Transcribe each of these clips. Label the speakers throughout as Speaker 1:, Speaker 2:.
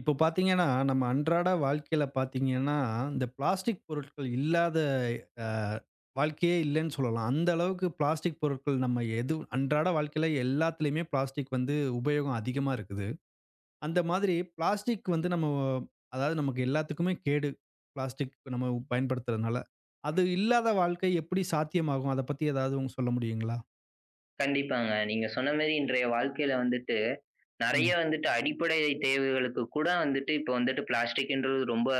Speaker 1: இப்போ பார்த்தீங்கன்னா, நம்ம அன்றாட வாழ்க்கையில பார்த்தீங்கன்னா, இந்த பிளாஸ்டிக் பொருட்கள் இல்லாத அ வாழ்க்கையே இல்லன்னு சொல்லலாம். அந்த அளவுக்கு பிளாஸ்டிக் பொருட்கள் நம்ம எது அன்றாட வாழ்க்கையில எல்லாத்துலயுமே பிளாஸ்டிக் வந்து உபயோகம் அதிகமா இருக்குது. அந்த மாதிரி பிளாஸ்டிக் வந்து நம்ம அதாவது நமக்கு எல்லாத்துக்குமே கேடு. பிளாஸ்டிக் நம்ம பயன்படுத்துறதுனால. அது இல்லாத வாழ்க்கை எப்படி சாத்தியமாகும்? அத பத்தி ஏதாவது உங்க சொல்ல முடியுங்களா?
Speaker 2: கண்டிப்பாங்க. நீங்க சொன்ன மாரி இன்றைய வாழ்க்கையில வந்துட்டு, நெறைய
Speaker 1: ம்.
Speaker 2: வந்துட்டு அடிப்படை தேவைகளுக்கு கூட வந்துட்டு இப்ப வந்துட்டு பிளாஸ்டிக்ன்றது ரொம்ப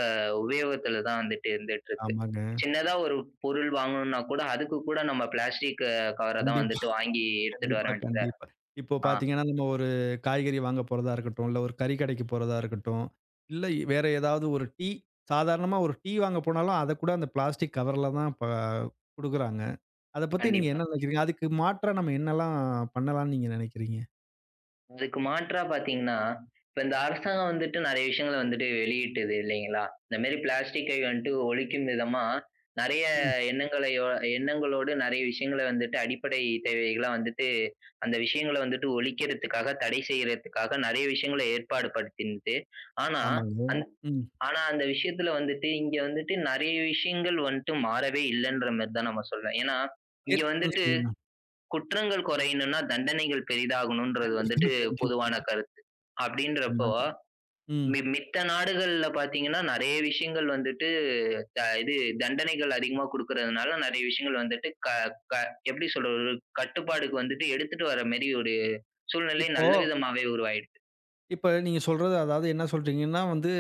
Speaker 2: உபயோகத்துல தான் வந்துட்டு இருந்துட்டு இருக்கு.
Speaker 1: ஆமாங்க.
Speaker 2: சின்னதா ஒரு பொருள் வாங்கணும்னா கூட, அதுக்கு கூட நம்ம பிளாஸ்டிக் கவர தான்
Speaker 1: கண்டிப்பா.
Speaker 2: வந்துட்டு வாங்கி எடுத்துட்டு வர
Speaker 1: கண்டிப்பா,
Speaker 2: வேண்டியதா இருக்கு.
Speaker 1: கண்டிப்பா. இப்போ
Speaker 2: ஆ,
Speaker 1: பார்த்தீங்கன்னா, நம்ம ஒரு காய்கறி வாங்க போறதா இருக்கட்டும், இல்ல ஒரு கறி கடைக்கு போறதா இருக்கட்டும், இல்ல வேற ஏதாவது ஒரு டீ சாதாரணமா ஒரு டீ வாங்க போனாலும், அத கூட அந்த பிளாஸ்டிக் கவர்ல தான் இப்ப குடுக்குறாங்க. அத பத்தி நீங்க
Speaker 2: கண்டிப்பா.
Speaker 1: என்ன நினைக்கிறீங்க? அதுக்கு மாற்றா நம்ம என்னலாம் பண்ணலாம்னு நீங்க நினைக்கிறீங்க?
Speaker 2: அதுக்கு மாற்றா பார்த்தீங்கன்னா, இப்ப இந்த அரசாங்கம் வந்துட்டு நெறைய விஷயங்கள வந்துட்டு வெளியிட்டது இல்லைங்களா? இந்த மாரி பிளாஸ்டிக்கை வந்துட்டு ஒழிக்கும் விதமா நெறைய
Speaker 1: ம்.
Speaker 2: எண்ணங்களையோ எண்ணங்களோடு நெறைய விஷயங்கள வந்துட்டு அடிப்படை தேவைகளா வந்துட்டு அந்த விஷயங்கள வந்துட்டு ஒழிக்கிறதுக்காக, தடை செய்யறதுக்காக நெறைய விஷயங்கள ஏற்பாடு படுத்தினது. ஆனா,
Speaker 1: ஆமாங்க.
Speaker 2: அந்
Speaker 1: ம்.
Speaker 2: ஆனா அந்த விஷயத்துல வந்துட்டு இங்க வந்துட்டு நெறைய விஷயங்கள் வந்துட்டு மாறவே இல்லன்ற மாரி தான் நம்ம சொல்லலாம். ஏன்னா, இங்க
Speaker 1: ம்.
Speaker 2: வந்துட்டு
Speaker 1: சொல்லுங்க.
Speaker 2: குற்றங்கள் குறையணும்னா, தண்டனைகள் பெரிதாகணுன்றது வந்துட்டு
Speaker 1: கண்டிப்பா,
Speaker 2: பொதுவான
Speaker 1: கண்டிப்பா.
Speaker 2: கருத்து. அப்படின்றப்போ,
Speaker 1: ஆமாங்க. ம்.
Speaker 2: மித்த நாடுகள்ல பார்த்தீங்கன்னா, நெறைய விஷயங்கள் வந்துட்டு இது தண்டனைகள் அதிகமா குடுக்கறதுனால நெறைய விஷயங்கள் வந்துட்டு க க எப்படி சொல்றது? ஒரு கட்டுப்பாடுக்கு வந்துட்டு எடுத்துட்டு வர மாரி ஒரு சூழ்நிலை
Speaker 1: இப்போ
Speaker 2: நல்ல விதமாவே உருவாயிடுது.
Speaker 1: இப்ப நீங்க சொல்றது அதாவது என்ன சொல்றீங்கன்னா வந்து,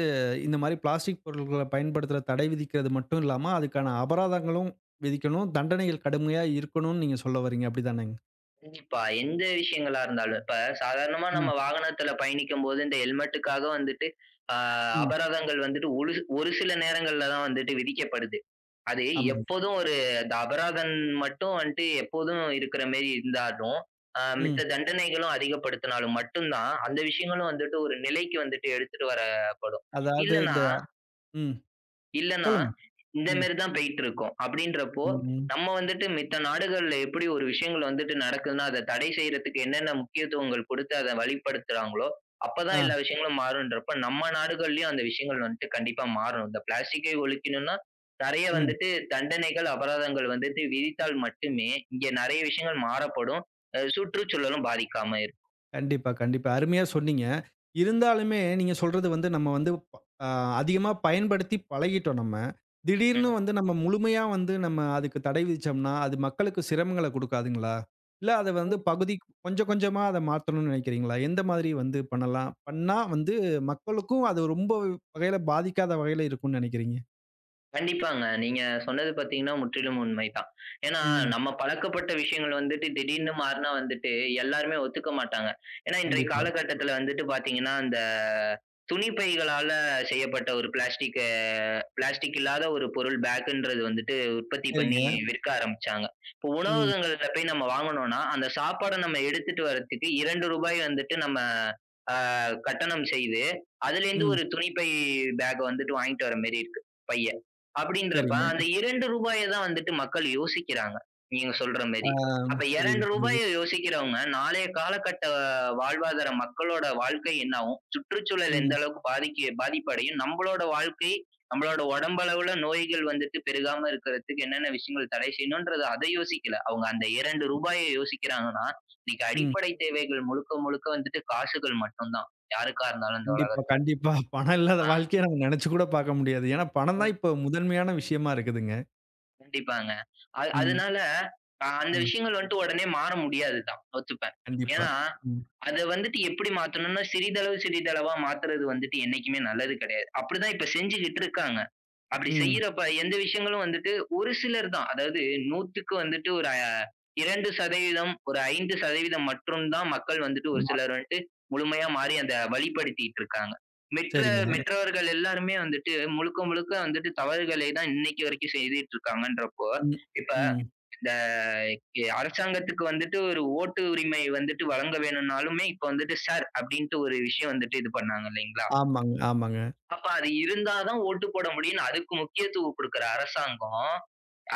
Speaker 1: இந்த மாரி பிளாஸ்டிக் பொருட்கள பயன்படுத்துற தடை விதிக்கிறது மட்டும் இல்லாம, அதுக்கான அபராதங்களும் விதிக்கணும். தண்டனைகள் கடுமையா இருக்கணும்னு நீங்க சொல்ல வரீங்க. அப்படிதானேங்க?
Speaker 2: கண்டிப்பா. எந்த விஷயங்களா இருந்தாலும். இப்ப சாதாரணமா
Speaker 1: ம்,
Speaker 2: நம்ம வாகனத்துல பயணிக்கும்போது இந்த ஹெல்மெட்டுக்காக வந்துட்டு, ஆ
Speaker 1: ம்.
Speaker 2: அபராதங்கள் வந்துட்டு ஒரு ஒரு சில நேரங்கள்ல தான் வந்துட்டு விதிக்கப்படுது. அது
Speaker 1: ஆமாங்க.
Speaker 2: எப்போதும் ஒரு அந்த அபராதம் மட்டும் வந்துட்டு எப்போதும் இருக்கிற மாரி இருந்தாலும்,
Speaker 1: ம்.
Speaker 2: மித்த தண்டனைகளும் அதிகப்படுத்தினாலும் மட்டும் தான், அந்த விஷயங்களும் வந்துட்டு ஒரு நிலைக்கு வந்துட்டு எடுத்துட்டு வரப்படும்.
Speaker 1: அதாவது
Speaker 2: இல்லன்னா
Speaker 1: இந்த ம்.
Speaker 2: இல்லன்னா,
Speaker 1: சொல்லுங்க.
Speaker 2: இந்த
Speaker 1: ம்.
Speaker 2: மாரி தான் போயிட்டு இருக்கும். அப்படின்றப்போ,
Speaker 1: ம்.
Speaker 2: நம்ம வந்துட்டு மித்த நாடுகள்ல எப்படி ஒரு விஷயங்கள் வந்துட்டு நடக்குதுன்னா, அத தடை செய்றதுக்கு என்னென்ன முக்கியத்துவங்கள் குடுத்து அத வழிப்படுத்துறாங்களோ,
Speaker 1: ஆ.
Speaker 2: அப்பதான் எல்லா விஷயங்களும் மாறும்ன்றப்ப, நம்ம நாடுகள்லயும் அந்த விஷயங்கள் வந்துட்டு கண்டிப்பா மாறணும். இந்த பிளாஸ்டிக்கை ஒழிக்கணும்னா, நெறைய
Speaker 1: ம்.
Speaker 2: வந்துட்டு தண்டனைகள், அபராதங்கள் வந்துட்டு விதித்தால் மட்டுமே, இங்க நெறைய விஷயங்கள் மாறப்படும். சுற்றுச்சூழலும் பாதிக்காம
Speaker 1: கண்டிப்பா, கண்டிப்பா. அருமையா சொன்னீங்க. இருந்தாலுமே நீங்க சொல்றது வந்து நம்ம வந்து ப அ அதிகமா பயன்படுத்தி பழகிட்டோம் நம்ம. திடீர்னு வந்து
Speaker 2: இருக்கும்.
Speaker 1: நம்ம முழுமையா வந்து நம்ம அதுக்கு தடை விதிச்சோம்னா, அது மக்களுக்கு சிரமங்கள குடுக்காதுங்களா? இல்ல அத வந்து
Speaker 2: ம்.
Speaker 1: பகுதி கொஞ்சம் கொஞ்சமா அத மாத்தணும்னு நினைக்கிறீங்களா? எந்த மாதிரி வந்து பண்ணலாம்? பண்ணா வந்து மக்களுக்கும் அது ரொம்ப வகையில பாதிக்காத வகையில இருக்கும்னு நினைக்கிறீங்க?
Speaker 2: கண்டிப்பாங்க. நீங்க சொன்னது பார்த்தீங்கன்னா, முற்றிலும் உண்மைதான். ஏன்னா,
Speaker 1: ம்.
Speaker 2: நம்ம பழக்கப்பட்ட விஷயங்கள் வந்துட்டு திடீர்னு மாறுனா வந்துட்டு எல்லாருமே ஒத்துக்க மாட்டாங்க. ஏன்னா, இன்றைய
Speaker 1: கண்டிப்பா.
Speaker 2: காலகட்டத்தில வந்துட்டு பார்த்தீங்கன்னா, அந்த துணி பைகளால செய்யப்பட்ட ஒரு பிளாஸ்டிக் இல்லாத ஒரு பொருள் பேக்குன்றது வந்துட்டு உற்பத்தி
Speaker 1: சரிங்க.
Speaker 2: பண்ணி விற்க ஆரம்பிச்சாங்க. இப்போ
Speaker 1: ம்,
Speaker 2: உணவகங்கள்ல போய் நம்ம வாங்கணும்னா, அந்த சாப்பாட நம்ம எடுத்துட்டு வரதுக்கு ரூ. 2 வந்துட்டு நம்ம அ கட்டணம் செய்து, அதிலேருந்து
Speaker 1: ம்.
Speaker 2: ஒரு துணி பை பேக் வந்துட்டு வாங்கிட்டு வர மாரி இருக்கு, பைய. அப்படின்றப்ப,
Speaker 1: சரிங்க.
Speaker 2: அந்த 2 ரூபாய தான் வந்துட்டு மக்கள் யோசிக்கிறாங்க. நீங்க சொல்ற
Speaker 1: ஆ
Speaker 2: மாரி. அப்ப
Speaker 1: புரியுது,
Speaker 2: 2 ரூபாய
Speaker 1: புரியுது.
Speaker 2: யோசிக்கிறவங்க, நாளைய காலகட்ட வாழ்வாதார மக்களோட வாழ்க்கை என்னாகும்? சுற்றுச்சூழல் எந்த
Speaker 1: ம்,
Speaker 2: அளவுக்கு பாதிக்க பாதிப்படையும்? நம்பளோட வாழ்க்கை, நம்மளோட உடம்பளவுல நோய்கள் வந்துட்டு பெருகாம இருக்கிறதுக்கு என்னென்ன விஷயங்கள் தடை செய்யணும்ன்றத அத யோசிக்கல. அவங்க அந்த 2
Speaker 1: ம்,
Speaker 2: ரூபாய யோசிக்கிறாங்கன்னா, இன்னைக்கு
Speaker 1: ம்.
Speaker 2: அடிப்படை தேவைகள் முழுக்க முழுக்க வந்துட்டு காசுகள் மட்டும் தான். யாருக்கா இருந்தாலும் இந்த
Speaker 1: கண்டிப்பா,
Speaker 2: உலகத்துல.
Speaker 1: கண்டிப்பா. பணம் இல்லாத
Speaker 2: ஆ.
Speaker 1: வாழ்க்கைய நம்ம நெனச்சு கூட பாக்க முடியாது. ஏன்னா, பணம் தான் இப்ப முதன்மையான விஷயமா இருக்குதுங்க.
Speaker 2: கண்டிப்பாங்க.
Speaker 1: ம்,
Speaker 2: அதனால அந்த
Speaker 1: ம்.
Speaker 2: விஷயங்கள் வந்துட்டு உடனே மாற முடியாது தான். ஒத்துப்பேன்.
Speaker 1: கண்டிப்பா.
Speaker 2: ஏன்னா,
Speaker 1: ம்,
Speaker 2: அத வந்துட்டு எப்படி மாத்தணும்னா, சிறிதளவு சிறிதளவா மாத்துறது வந்துட்டு என்னைக்குமே நல்லது கிடையாது. அப்படிதான் இப்ப செஞ்சுகிட்டு இருக்காங்க. அப்படி
Speaker 1: ம்.
Speaker 2: செய்யறப்ப எந்த விஷயங்களும் வந்துட்டு ஒரு சிலர் தான். அதாவது 100க்கு வந்துட்டு ஒரு அ 2% ஒரு 5% மற்றும் தான் மக்கள் வந்துட்டு ஒரு
Speaker 1: ஆமா.
Speaker 2: சிலர் வந்துட்டு முழுமையா மாறி அந்த வழிப்படுத்திட்டு இருக்காங்க. மெற்ற
Speaker 1: சரிங்க.
Speaker 2: மெற்றவர்கள் எல்லாருமே வந்துட்டு முழுக்க, முழுக்க வந்துட்டு தவறுகளை தான் இன்னைக்கு வரைக்கும் செய்துட்டு இருக்காங்கன்றப்போ,
Speaker 1: ம்,
Speaker 2: இப்ப
Speaker 1: ம்.
Speaker 2: இந்த அரசாங்கத்துக்கு வந்துட்டு ஒரு ஓட்டு உரிமை வந்துட்டு வழங்க வேணும்னாலுமே, இப்ப வந்துட்டு "சார்" அப்படின்ட்டு ஒரு விஷயம் வந்துட்டு இது பண்ணாங்க இல்லைங்களா?
Speaker 1: ஆமாங்க, ஆமாங்க.
Speaker 2: அப்ப அது இருந்தா தான் ஓட்டு போட முடியும்ன்னு அதுக்கு முக்கியத்துவம் குடுக்குற அரசாங்கம்,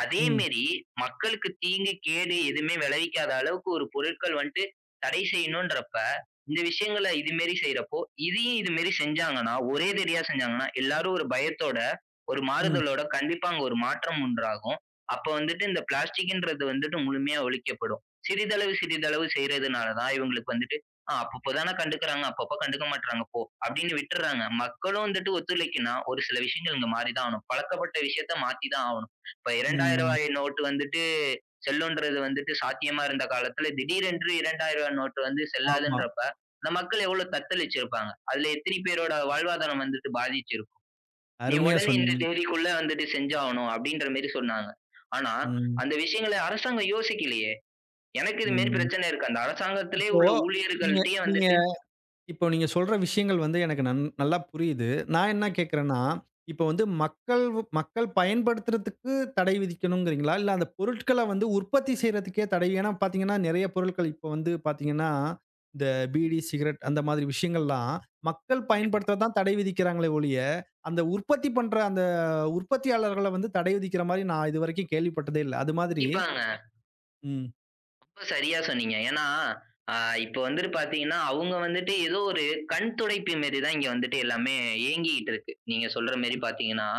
Speaker 2: அதே
Speaker 1: ம்,
Speaker 2: மேரி மக்களுக்கு தீங்கு, கேடு எதுவுமே விளைவிக்காத அளவுக்கு ஒரு பொருட்கள் வந்துட்டு தடை செய்யணுன்றப்ப, இந்த விஷயங்கள இது மேரி செய்றப்போ, இதையும் இது மேரி செஞ்சாங்கன்னா, ஒரே தடியா செஞ்சாங்கன்னா, எல்லாரும் ஒரு பயத்தோட, ஒரு
Speaker 1: ம்,
Speaker 2: மாறுதலோட கண்டிப்பா அங்க ஒரு மாற்றம் உண்டாகும். அப்ப வந்துட்டு இந்த பிளாஸ்டிக்ன்றது வந்துட்டு முழுமையா ஒழிக்கப்படும். சிறிதளவு, சிறிதளவு செய்றதுனால தான் இவங்களுக்கு வந்துட்டு, அப்பப்போ தான கண்டுக்குறாங்க, அப்பப்போ கண்டுக்க மாட்றாங்க போ" அப்படின்னு விட்டுர்றாங்க. மக்களும் வந்துட்டு ஒத்துழைக்குன்னா, ஒரு சில விஷயங்கள் இங்க மாறி தான் ஆகணும். பழக்கப்பட்ட விஷயத்த மாத்தி தான் ஆகணும். இப்ப 2000
Speaker 1: ம்.
Speaker 2: ரூபாய் நோட்டு வந்துட்டு செல்லுன்றது வந்துட்டு சாத்தியமா இருந்த காலத்துல திடீரென்று 2000 ரூபாய் நோட்டு வந்து
Speaker 1: ஆமா.
Speaker 2: செல்லாதுன்றப்ப, அந்த மக்கள் எவ்வளோ தத்தளிச்சிருப்பாங்க. அதுல எத்தனை பேரோட வாழ்வாதாரம் வந்துட்டு பாதிச்சிருக்கும். "நீ
Speaker 1: அருமையா
Speaker 2: உடனே இந்த
Speaker 1: சொன்னீங்க.
Speaker 2: தேதிக்குள்ள வந்துட்டு செஞ்சாகணும்" அப்படின்ற மாரி சொன்னாங்க. ஆனா,
Speaker 1: ம்,
Speaker 2: அந்த விஷயங்கள அரசாங்கம் யோசிக்கலையே! எனக்கு இது மாரி
Speaker 1: ம்.
Speaker 2: பிரச்சனை இருக்கு. அந்த அரசாங்கத்திலேயே
Speaker 1: இப்போ
Speaker 2: உள்ள
Speaker 1: நீங்க
Speaker 2: ஊழியர்கள்ட்டயே
Speaker 1: நீங்க
Speaker 2: வந்துட்டு
Speaker 1: இப்போ நீங்க சொல்ற விஷயங்கள் வந்து எனக்கு நன் நல்லா புரியுது. நான் என்ன
Speaker 2: ம்.
Speaker 1: கேட்கிறேன்னா, இப்போ வந்து மக்கள் மக்கள் பயன்படுத்துறதுக்கு தடை விதிக்கணுங்கிறீங்களா? இல்ல அந்த பொருட்கள வந்து உற்பத்தி செய்றதுக்கே தடை? ஏன்னா பார்த்தீங்கன்னா, நெறைய பொருட்கள் இப்போ வந்து பார்த்தீங்கன்னா, இந்த பீடி, சிகரெட் அந்த மாதிரி விஷயங்கள்லாம் மக்கள்
Speaker 2: கண்டிப்பா.
Speaker 1: பயன்படுத்த தான் தடை விதிக்கிறாங்களே ஒழிய, அந்த உற்பத்தி பண்ற அந்த உற்பத்தியாளர்கள வந்து தடை விதிக்கிற மாரி நான் இதுவரைக்கும் கேள்விப்பட்டதே இல்ல. அது மாதிரி
Speaker 2: கண்டிப்பாங்க.
Speaker 1: ம்.
Speaker 2: ரொம்ப சரியா சொன்னீங்க. ஏன்னா, அ இப்ப வந்துட்டு பாத்தீங்கன்னா, அவங்க வந்துட்டு ஏதோ ஒரு கண் துடைப்பு மாரி தான் இங்க வந்துட்டு எல்லாமே இயங்கிக்கிட்டு இருக்கு. நீங்க சொல்ற மாரி பாத்தீங்கன்னா,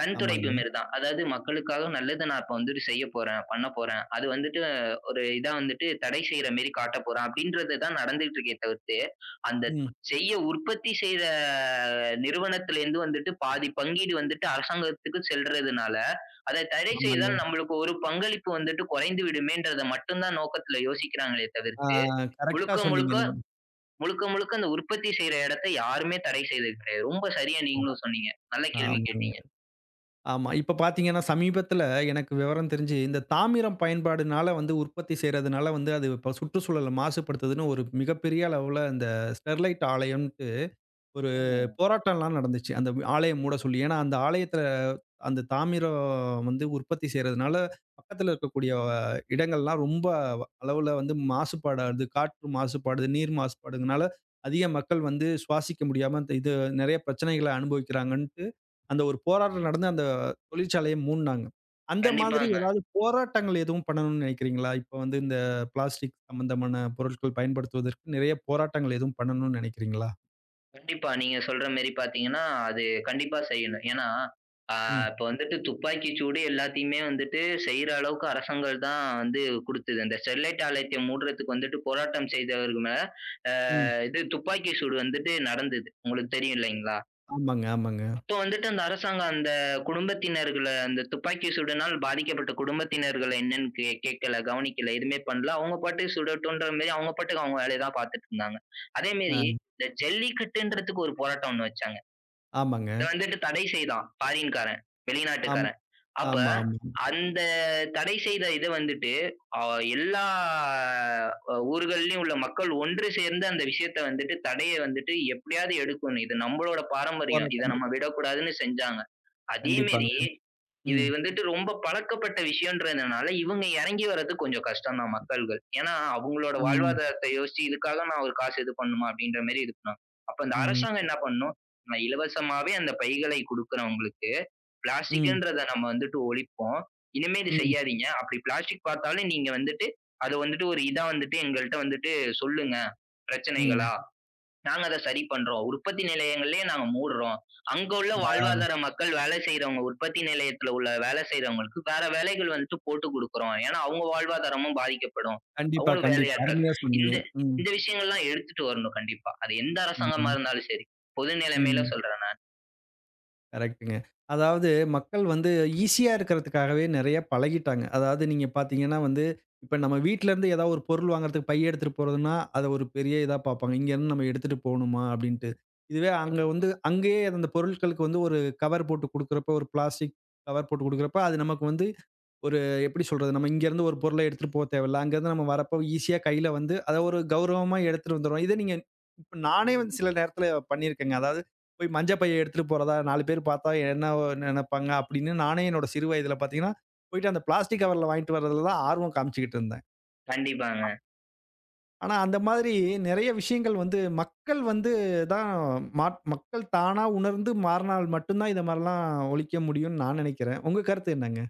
Speaker 2: கண் துடைப்பு
Speaker 1: ஆமாங்க.
Speaker 2: மாரி தான். அதாவது மக்களுக்காக நல்லது நான் இப்ப வந்துட்டு செய்ய போறேன், பண்ண போறேன். அது வந்துட்டு ஒரு இதா வந்துட்டு தடை செய்ற மாரி காட்டப் போறேன் அப்படின்றது தான் நடந்துட்டு இருக்கே தவிர்த்து, அந்த
Speaker 1: ம்.
Speaker 2: செய்ய உற்பத்தி செய்ற நிறுவனத்திலேருந்து வந்துட்டு பாதி பங்கீடு வந்துட்டு அரசாங்கத்துக்கு செல்றதுனால, அத தடை
Speaker 1: ஆமாங்க.
Speaker 2: செய்தால் நம்மளுக்கு ஒரு பங்களிப்பு வந்துட்டு குறைந்து விடுமேன்றத மட்டும் தான் நோக்கத்துல யோசிக்கிறாங்களே
Speaker 1: ஆ
Speaker 2: தவிர்த்து,
Speaker 1: கரெக்ட்டா
Speaker 2: முழுக்க
Speaker 1: சொன்னீங்க
Speaker 2: முழுக்க
Speaker 1: நீங்க.
Speaker 2: முழுக்க முழுக்க அந்த உற்பத்தி செய்ற இடத்த யாருமே தடை செய்தது கிடையாது. ரொம்ப சரியா
Speaker 1: ஆ
Speaker 2: நீங்களும் சொன்னீங்க. நல்ல கேள்வி கேட்டீங்க.
Speaker 1: ஆமாங்க. ஆமா. இப்ப பார்த்தீங்கன்னா, சமீபத்தில எனக்கு விவரம் தெரிஞ்சு, இந்த தாமிரம் பயன்பாடுனால வந்து உற்பத்தி செய்றதுனால வந்து, அது இப்ப சுற்றுச்சூழல மாசுபடுத்துதுன்னு ஒரு மிகப்பெரிய அளவுல இந்த ஸ்டெர்லைட் ஆலையம் ஒரு
Speaker 2: ஆமாங்க.
Speaker 1: போராட்டம்லாம் நடந்துச்சு. அந்த ஆலயம் மூட
Speaker 2: இப்ப
Speaker 1: சொல்லி. ஏன்னா, அந்த ஆலயத்தில அந்த தாமிரம் வந்து உற்பத்தி செய்றதுனால, பக்கத்தில இருக்கக்கூடிய இடங்கள்லாம் ரொம்ப அளவுல வந்து மாசுபாடாகுது. காற்று மாசுபாடுது, நீர் மாசுபாடுங்கனால, அதிக மக்கள் வந்து சுவாசிக்க முடியாம அந்த இது நெறைய பிரச்சனைகள அனுபவிக்கிறாங்கன்ட்டு, அந்த ஒரு போராட்டம் நடந்து அந்த தொழிற்சாலைய மூடுனாங்க. அந்த மாதிரி
Speaker 2: கண்டிப்பாங்க.
Speaker 1: ஏதாவது போராட்டங்கள் எதுவும் பண்ணணும்னு நினைக்கிறீங்களா? இப்ப வந்து இந்த பிளாஸ்டிக் சம்மந்தமான பொருட்கள் பயன்படுத்துவதற்கு நெறைய போராட்டங்கள் எதுவும் பண்ணணும்னு நினைக்கிறீங்களா?
Speaker 2: கண்டிப்பா. நீங்க சொல்ற மாரி பார்த்தீங்கன்னா, அது கண்டிப்பா செய்யணும். ஏன்னா, ஆ இப்ப வந்துட்டு துப்பாக்கி சூடு எல்லாத்தையுமே வந்துட்டு செய்ற அளவுக்கு அரசாங்கம் தான் வந்து குடுத்தது. அந்த ஸ்டெர்லைட் ஆலைத்த மூடுறதுக்கு வந்துட்டு போராட்டம் செய்தவர்கள் மேல, ஆ
Speaker 1: ம்.
Speaker 2: இது துப்பாக்கி சூடு வந்துட்டு நடந்தது. உங்களுக்கு தெரியும் இல்லைங்களா?
Speaker 1: ஆமாங்க, ஆமாங்க.
Speaker 2: அப்போ வந்துட்டு அந்த அரசாங்கம் அந்த குடும்பத்தினர்கள அந்த துப்பாக்கி சூடுனால் பாதிக்கப்பட்ட குடும்பத்தினர்கள என்னன்னு கேட்கல, கவனிக்கல, எதுவுமே பண்ணல. அவங்க பாட்டுக்கு சுடட்டுன்ற மாரி அவங்க பாட்டுக்கு அவங்க வேலைய தான் பார்த்துட்டு இருந்தாங்க. அதே
Speaker 1: அ
Speaker 2: மாரி இந்த ஜல்லிக்கட்டுன்றதுக்கு ஒரு போராட்டம் ஒண்ணு வச்சாங்க.
Speaker 1: ஆமாங்க.
Speaker 2: இத வந்துட்டு தடை செய்தான் ஃபாரின்காரன்,
Speaker 1: ஆம்
Speaker 2: வெளிநாட்டுக்காரன். அப்ப
Speaker 1: ஆமா, ஆமா.
Speaker 2: அந்த தடை செய்த இத வந்துட்டு அ எல்லா அ ஊர்கள்லயும் உள்ள மக்கள் ஒன்று சேர்ந்து அந்த விஷயத்த வந்துட்டு தடைய வந்துட்டு எப்படியாவது எடுக்கணும். இது நம்மளோட பாரம்பரியம். இத
Speaker 1: போராட்டம்.
Speaker 2: நம்ம விடக்கூடாதுன்னு செஞ்சாங்க. அதே மாரி,
Speaker 1: கண்டிப்பாங்க.
Speaker 2: இது
Speaker 1: ம்.
Speaker 2: வந்துட்டு ரொம்ப பழக்கப்பட்ட விஷயம்ன்றதுனால, இவங்க இறங்கி வர்றது கொஞ்சம் கஷ்டம் தான் மக்கள்கள். ஏன்னா, அவங்களோட
Speaker 1: ம்.
Speaker 2: வாழ்வாதாரத்த யோசிச்சு, இதுக்காக நான் ஒரு காசு இது பண்ணணுமா? அப்படின்ற மாரி இது பண்ணுவாங்க. அப்ப இந்த
Speaker 1: ம்.
Speaker 2: அரசாங்கம் என்ன பண்ணணும்? நம்ம இலவசமாவே அந்த பைகளை குடுக்குறவங்களுக்கு,
Speaker 1: ம்.
Speaker 2: பிளாஸ்டிக்ன்றத நம்ம வந்துட்டு ஒழிப்போம். இனிமே இது
Speaker 1: ம்.
Speaker 2: செய்யாதீங்க. அப்படி பிளாஸ்டிக் பார்த்தாலும் நீங்க வந்துட்டு, அத வந்துட்டு ஒரு இதா வந்துட்டு எங்கள்ட்ட வந்துட்டு சொல்லுங்க.
Speaker 1: ம்.
Speaker 2: பிரச்சனைகளா? நாங்க அத சரி பண்றோம். உற்பத்தி நிலையங்களையே நாங்க மூடுறோம். அங்க உள்ள வாழ்வாதார மக்கள் வேலை செய்றவங்க உற்பத்தி நிலையத்துல உள்ள வேலை செய்றவங்களுக்கு வேற வேலைகள் வந்துட்டு போட்டு குடுக்குறோம். ஏன்னா அவங்க வாழ்வாதாரமும் பாதிக்கப்படும்.
Speaker 1: கண்டிப்பா,
Speaker 2: அவங்களும்
Speaker 1: கண்டிப்பா.
Speaker 2: வேலையாட்கள்.
Speaker 1: அருமையா சொன்னீங்க.
Speaker 2: இந்த
Speaker 1: ம்.
Speaker 2: இந்த விஷயங்கள்லாம் எடுத்துட்டு வரணும் கண்டிப்பா. அது எந்த அரசாங்கமா
Speaker 1: ம்.
Speaker 2: இருந்தாலும் சரி. பொது நிலைமையில
Speaker 1: ம்.
Speaker 2: சொல்றேன் நான்.
Speaker 1: கரெக்ட்டுங்க. அதாவது மக்கள் வந்து ஈஸியா இருக்கிறதுக்காகவே நெறைய பழகிட்டாங்க. அதாவது நீங்க பார்த்தீங்கன்னா வந்து, இப்ப நம்ம வீட்லருந்து ஏதாவது ஒரு பொருள் வாங்குறதுக்கு பை எடுத்துட்டு போறதுன்னா, அத ஒரு பெரிய இதா பார்ப்பாங்க. இங்கேருந்து நம்ம எடுத்துட்டு போணுமா அப்படின்ட்டு. இதுவே அங்க வந்து அங்கேயே அந்த பொருட்களுக்கு வந்து ஒரு கவர் போட்டு குடுக்குறப்போ, ஒரு பிளாஸ்டிக் கவர் போட்டு குடுக்குறப்ப, அது நமக்கு வந்து ஒரு எப்படி சொல்றது? நம்ம இங்கேருந்து ஒரு பொருள எடுத்துட்டு போக தேவையில்ல. அங்கேருந்து நம்ம வரப்போ ஈஸியா கையில வந்து அத ஒரு கௌரவமா எடுத்துட்டு வந்துருவோம். இத நீங்க இப்ப நானே வந்து சில நேரத்தில பண்ணியிருக்கேங்க. அதாவது போய் மஞ்ச பைய எடுத்துட்டு போறதா 4 பேர் பார்த்தா என்ன நெனைப்பாங்க அப்படின்னு நானே என்னோட சிறு வயதில பார்த்தீங்கன்னா, போயிட்டு அந்த பிளாஸ்டிக் கவர்ல வாங்கிட்டு வரதுல தான் ஆர்வம் காமிச்சுக்கிட்டு இருந்தேன்.
Speaker 2: கண்டிப்பாங்க.
Speaker 1: ஆனா அந்த மாதிரி நெறைய விஷயங்கள் வந்து மக்கள் வந்து தான் மக்கள் தானா உணர்ந்து மாறுனால் மட்டும் தான் இத மாரிலாம் ஒழிக்க முடியும்னு நான் நெனைக்கிறேன். உங்க கருத்து என்னங்க?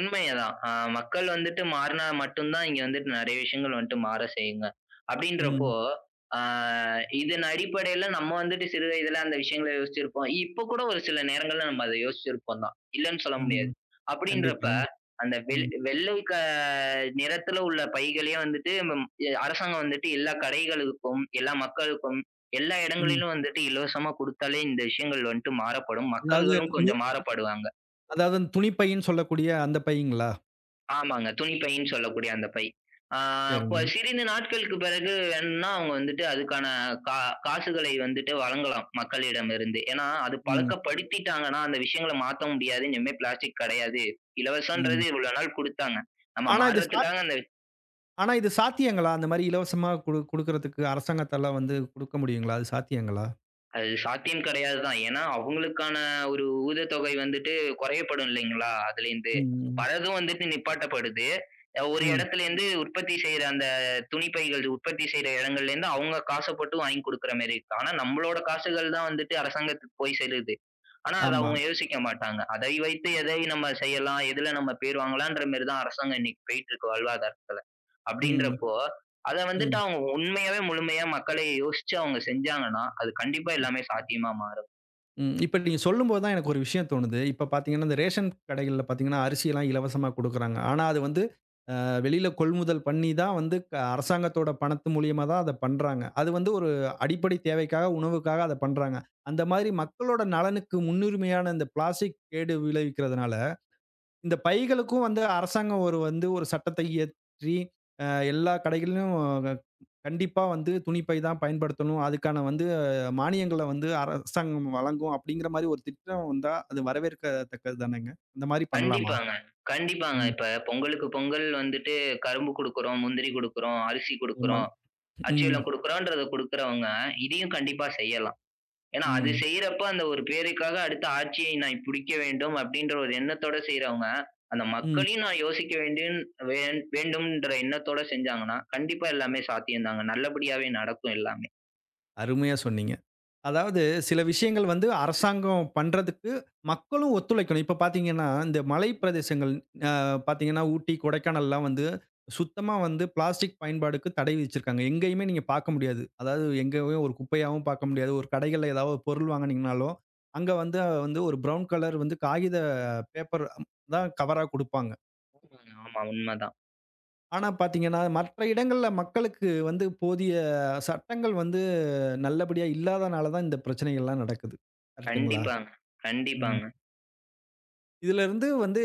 Speaker 2: உண்மைதான். மக்கள் வந்துட்டு மாறுனா மட்டும் தான் இங்க வந்துட்டு நெறைய விஷயங்கள் வந்துட்டு மாற செய்யுங்க. அப்படின்றப்போ
Speaker 1: ம்,
Speaker 2: ஆ இதன் அடிப்படையில நம்ம வந்துட்டு சிறு வயதில அந்த விஷயங்கள யோசிச்சிருப்போம். இப்ப கூட ஒரு சில நேரங்கள்ல நம்ம அத யோசிச்சிருப்போம் தான். இல்லன்னு சொல்ல முடியாது.
Speaker 1: ம்.
Speaker 2: அப்படின்றப்ப
Speaker 1: கண்டிப்பாங்க.
Speaker 2: அந்த
Speaker 1: ம்,
Speaker 2: வெள்ளை நிறத்தில உள்ள பைகளே வந்துட்டு அரசாங்கம் வந்துட்டு எல்லா கடைகளுக்கும், எல்லா மக்களுக்கும், எல்லா
Speaker 1: ம்.
Speaker 2: இடங்களிலும் வந்துட்டு இலவசமா குடுத்தாலே இந்த விஷயங்கள் வந்துட்டு மாறப்படும்.
Speaker 1: அதாவது
Speaker 2: மக்கள்களும்
Speaker 1: நு
Speaker 2: கொஞ்சம் மாறப்படுவாங்க.
Speaker 1: அதாவது துணி பைன்னு சொல்லக்கூடிய அந்த பைங்களா?
Speaker 2: ஆமாங்க. துணி பைன்னு சொல்லக்கூடிய அந்த பை. ஆ கொ
Speaker 1: சரிங்க.
Speaker 2: சிறிது நாட்களுக்கு பிறகு வேணும்னா அவங்க வந்துட்டு அதுக்கான கா காசுகளை வந்துட்டு வழங்கலாம் மக்களிடமிருந்து. ஏன்னா, அது
Speaker 1: ம்,
Speaker 2: பழக்கப்படுத்திட்டாங்கன்னா, அந்த விஷயங்கள மாத்த முடியாது. இனிமே பிளாஸ்டிக் கெடையாது.
Speaker 1: ம்.
Speaker 2: இலவசன்றது இவ்வளோ நாள் குடுத்தாங்க. நம்ம ம்.
Speaker 1: ஆனா இது சா
Speaker 2: மாறுறதுக்காக அந்த
Speaker 1: ஆனா இது சாத்தியங்களா? அந்த மாரி இலவசமா குடு குடுக்குறதுக்கு அரசாங்கத்தால வந்து குடுக்க முடியுங்களா? அது சாத்தியங்களா?
Speaker 2: அது சாத்தியம் கிடையாது தான். ஏன்னா, அவங்களுக்கான ஒரு ஊதியத்தொகை வந்துட்டு குறையப்படும் இல்லைங்களா? அதுலேருந்து.
Speaker 1: ம்.
Speaker 2: வர்றதும் வந்துட்டு நிப்பாட்டப்படுது. ஒரு
Speaker 1: ம்.
Speaker 2: இடத்துலேருந்து உற்பத்தி செய்ற அந்த துணி பைகள் உற்பத்தி செய்ற இடங்கள்லேருந்து அவங்க காச போட்டு வாங்கி குடுக்குற மாரி இருக்கு. ஆனா, நம்மளோட காசுகள் தான் வந்துட்டு அரசாங்கத்துக்கு போய் சேருது. ஆனா அத
Speaker 1: ஆமா.
Speaker 2: அவங்க யோசிக்க மாட்டாங்க. அதை வைத்து எதை நம்ம செய்யலாம்? எதுல நம்ம பேர் வாங்கலான்ற மாரி தான் அரசாங்கம் இன்னைக்கு போயிட்டு இருக்கு வாழ்வாதாரத்துல.
Speaker 1: ம்.
Speaker 2: அப்படின்றப்போ, அத வந்துட்டு
Speaker 1: ம்.
Speaker 2: அவங்க உண்மையாவே முழுமையா மக்களை யோசிச்சு அவங்க செஞ்சாங்கன்னா, அது கண்டிப்பா
Speaker 1: ம்.
Speaker 2: எல்லாமே சாத்தியமா மாறும்.
Speaker 1: ம். இப்ப நீங்க சொல்லும்போது தான் எனக்கு ஒரு விஷயம் தோணுது. இப்ப பார்த்தீங்கன்னா, இந்த ரேஷன் கடைகள்ல பார்த்தீங்கன்னா, அரிசியெல்லாம் இலவசமா குடுக்குறாங்க. ஆனா அது வந்து அ வெளியில கொள்முதல் பண்ணி தான் வந்து அரசாங்கத்தோட பணத்து மூலியமா தான் அத பண்றாங்க. அது வந்து ஒரு அடிப்படை தேவைக்காக, உணவுக்காக அத பண்றாங்க. அந்த மாதிரி மக்களோட நலனுக்கு முன்னுரிமையான இந்த பிளாஸ்டிக் கேடு விளைவிக்கிறதுனால, இந்த பைகளுக்கும் வந்து அரசாங்கம் ஒரு வந்து ஒரு சட்டத்தை இயற்றி, அ எல்லா கடைகளிலும் க கண்டிப்பா வந்து துணிப்பை தான் பயன்படுத்தணும். அதுக்கான வந்து மானியங்கள வந்து அரசாங்கம் வழங்கும் அப்படிங்கிற மாரி ஒரு திட்டம் வந்தா, அது வரவேற்கத்தக்கது தானேங்க. அந்த மாரி பண்ணலாமா?
Speaker 2: கண்டிப்பாங்க, கண்டிப்பாங்க.
Speaker 1: ம்.
Speaker 2: இப்ப பொங்கலுக்கு பொங்கல் வந்துட்டு கரும்பு குடுக்குறோம், முந்திரி குடுக்குறோம், அரிசி
Speaker 1: ஆமாங்க.
Speaker 2: குடுக்குறோம்,
Speaker 1: ம்,
Speaker 2: அச்சுவெல்லம் குடுக்குறோன்றத குடுக்குறவங்க இதையும் கண்டிப்பா செய்யலாம். ஏன்னா, அது
Speaker 1: ம்,
Speaker 2: செய்றப்ப அந்த ஒரு பேருக்காக அடுத்த ஆட்சியை நான் பிடிக்க வேண்டும் அப்படின்ற ஒரு எண்ணத்தோட செய்றவங்க, அந்த
Speaker 1: ம்.
Speaker 2: மக்களையும் நான் யோசிக்க வேண்டியன் வேண் வேண்டும்ன்ற எண்ணத்தோட செஞ்சாங்கன்னா, கண்டிப்பா எல்லாமே சாத்தியம் தாங்க. நல்லபடியாவே நடக்கும் எல்லாமே.
Speaker 1: அருமையா சொன்னீங்க. அதாவது சில விஷயங்கள் வந்து அரசாங்கம் பண்றதுக்கு மக்களும் ஒத்துழைக்கணும். இப்ப பார்த்தீங்கன்னா, இந்த மலை பிரதேசங்கள் அ பார்த்தீங்கன்னா, ஊட்டி, கொடைக்கானல்லாம் வந்து சுத்தமா வந்து பிளாஸ்டிக் பயன்பாடுக்கு தடை விதிச்சிருக்காங்க. எங்கேயுமே நீங்க பார்க்க முடியாது. அதாவது எங்கேயுமே ஒரு குப்பையாவும் பார்க்க முடியாது. ஒரு கடைகள்ல ஏதாவது ஒரு பொருள் வாங்குனீங்கனாலும், அங்க வந்து வந்து ஒரு பிரவுன் கலர் வந்து காகித பேப்பர் தான் கவரா குடுப்பாங்க.
Speaker 2: ஆமா, உண்மதான்.
Speaker 1: ஆனா பார்த்தீங்கன்னா, மற்ற இடங்கள்ல மக்களுக்கு வந்து போதிய சட்டங்கள் வந்து நல்லபடியா இல்லாதனால தான் இந்த பிரச்சனைகள்லாம் நடக்குது. கரெக்ட்டுங்களா?
Speaker 2: கண்டிப்பாங்க,
Speaker 1: ம்.
Speaker 2: கண்டிப்பாங்க.
Speaker 1: இதுலருந்து வந்து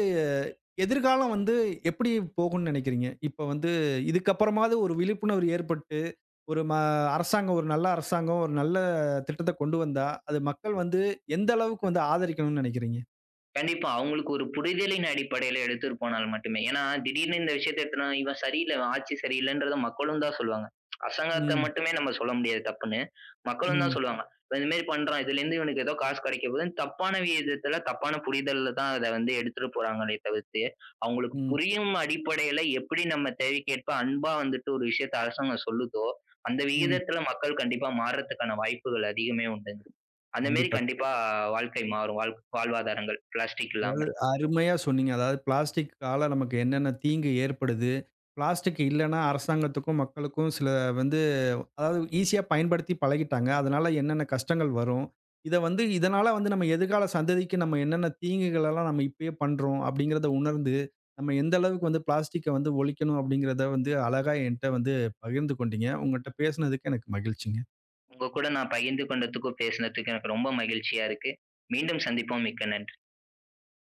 Speaker 1: எதிர்காலம் வந்து எப்படி போகும்ன்னு நினைக்கிறீங்க? இப்ப வந்து இதுக்கப்புறமாவது ஒரு விழிப்புணர்வு ஏற்பட்டு, ஒரு அரசாங்கம் ஒரு நல்ல அரசாங்கம், ஒரு நல்ல திட்டத்த கொண்டு வந்தா, அது மக்கள் வந்து எந்த அளவுக்கு வந்து ஆதரிக்கணும்ன்னு நினைக்கிறீங்க?
Speaker 2: கண்டிப்பா. அவங்களுக்கு ஒரு புரிதலின் அடிப்படையில எடுத்துட்டு போனால் மட்டுமே. ஏன்னா, திடீர்னு இந்த விஷயத்த எடுத்துனா, "இவன் சரியில்ல. இவன் ஆட்சி சரியில்லன்றத" மக்களும் தான் சொல்லுவாங்க. அரசாங்கத்த
Speaker 1: ம்,
Speaker 2: மட்டுமே நம்ம சொல்ல முடியாது தப்புன்னு. மக்களும் தான்
Speaker 1: ம்,
Speaker 2: சொல்லுவாங்க. "இவன் இது மாரி பண்றான். இதுலேருந்து இவனுக்கு ஏதோ காசு கிடைக்க போகுதுன்னு" தப்பான விதத்துல, தப்பான புரிதல்ல தான் அத வந்து எடுத்துட்டு போறாங்களே தவிர்த்து, அவங்களுக்கு
Speaker 1: ம்,
Speaker 2: புரியும் அடிப்படையில எப்படி நம்ம தேவைக்கேற்ப அன்பா வந்துட்டு ஒரு விஷயத்த அரசாங்கம் சொல்லுதோ, அந்த
Speaker 1: ம்.
Speaker 2: விகிதத்துல மக்கள் கண்டிப்பா மாறுறதுக்கான வாய்ப்புகள் அதிகமே உண்டுங்க. அந்த மாரி
Speaker 1: கண்டிப்பா,
Speaker 2: கண்டிப்பா
Speaker 1: கண்டிப்பா.
Speaker 2: வாழ்க்கை மாறும். வாழ்வாதாரங்கள் பிளாஸ்டிக் இல்லாம.
Speaker 1: அதாவது அருமையா சொன்னீங்க. அதாவது பிளாஸ்டிக்கால நமக்கு என்னென்ன தீங்கு ஏற்படுது? பிளாஸ்டிக் இல்லன்னா அரசாங்கத்துக்கும், மக்களுக்கும் சில வந்து அதாவது ஈஸியா பயன்படுத்தி பழகிட்டாங்க. அதனால என்னென்ன கஷ்டங்கள் வரும்? இத வந்து இதனால வந்து நம்ம எதிர்கால சந்ததிக்கு நம்ம என்னென்ன தீங்குகள் எல்லாம் நம்ம இப்பயே பண்றோம் அப்படிங்கிறத உணர்ந்து, நம்ம எந்த அளவுக்கு வந்து பிளாஸ்டிக்க வந்து ஒழிக்கணும் அப்படிங்கிறத வந்து அழகா என்ட்ட வந்து பகிர்ந்து கொண்டீங்க. உங்கட்ட பேசினதுக்கு எனக்கு மகிழ்ச்சிங்க.
Speaker 2: உங்க கூட நான் பகிர்ந்து கொண்டதுக்கும், பேசினதுக்கும் எனக்கு ரொம்ப மகிழ்ச்சியா இருக்கு. மீண்டும் சந்திப்போம். மிக்க நன்றி.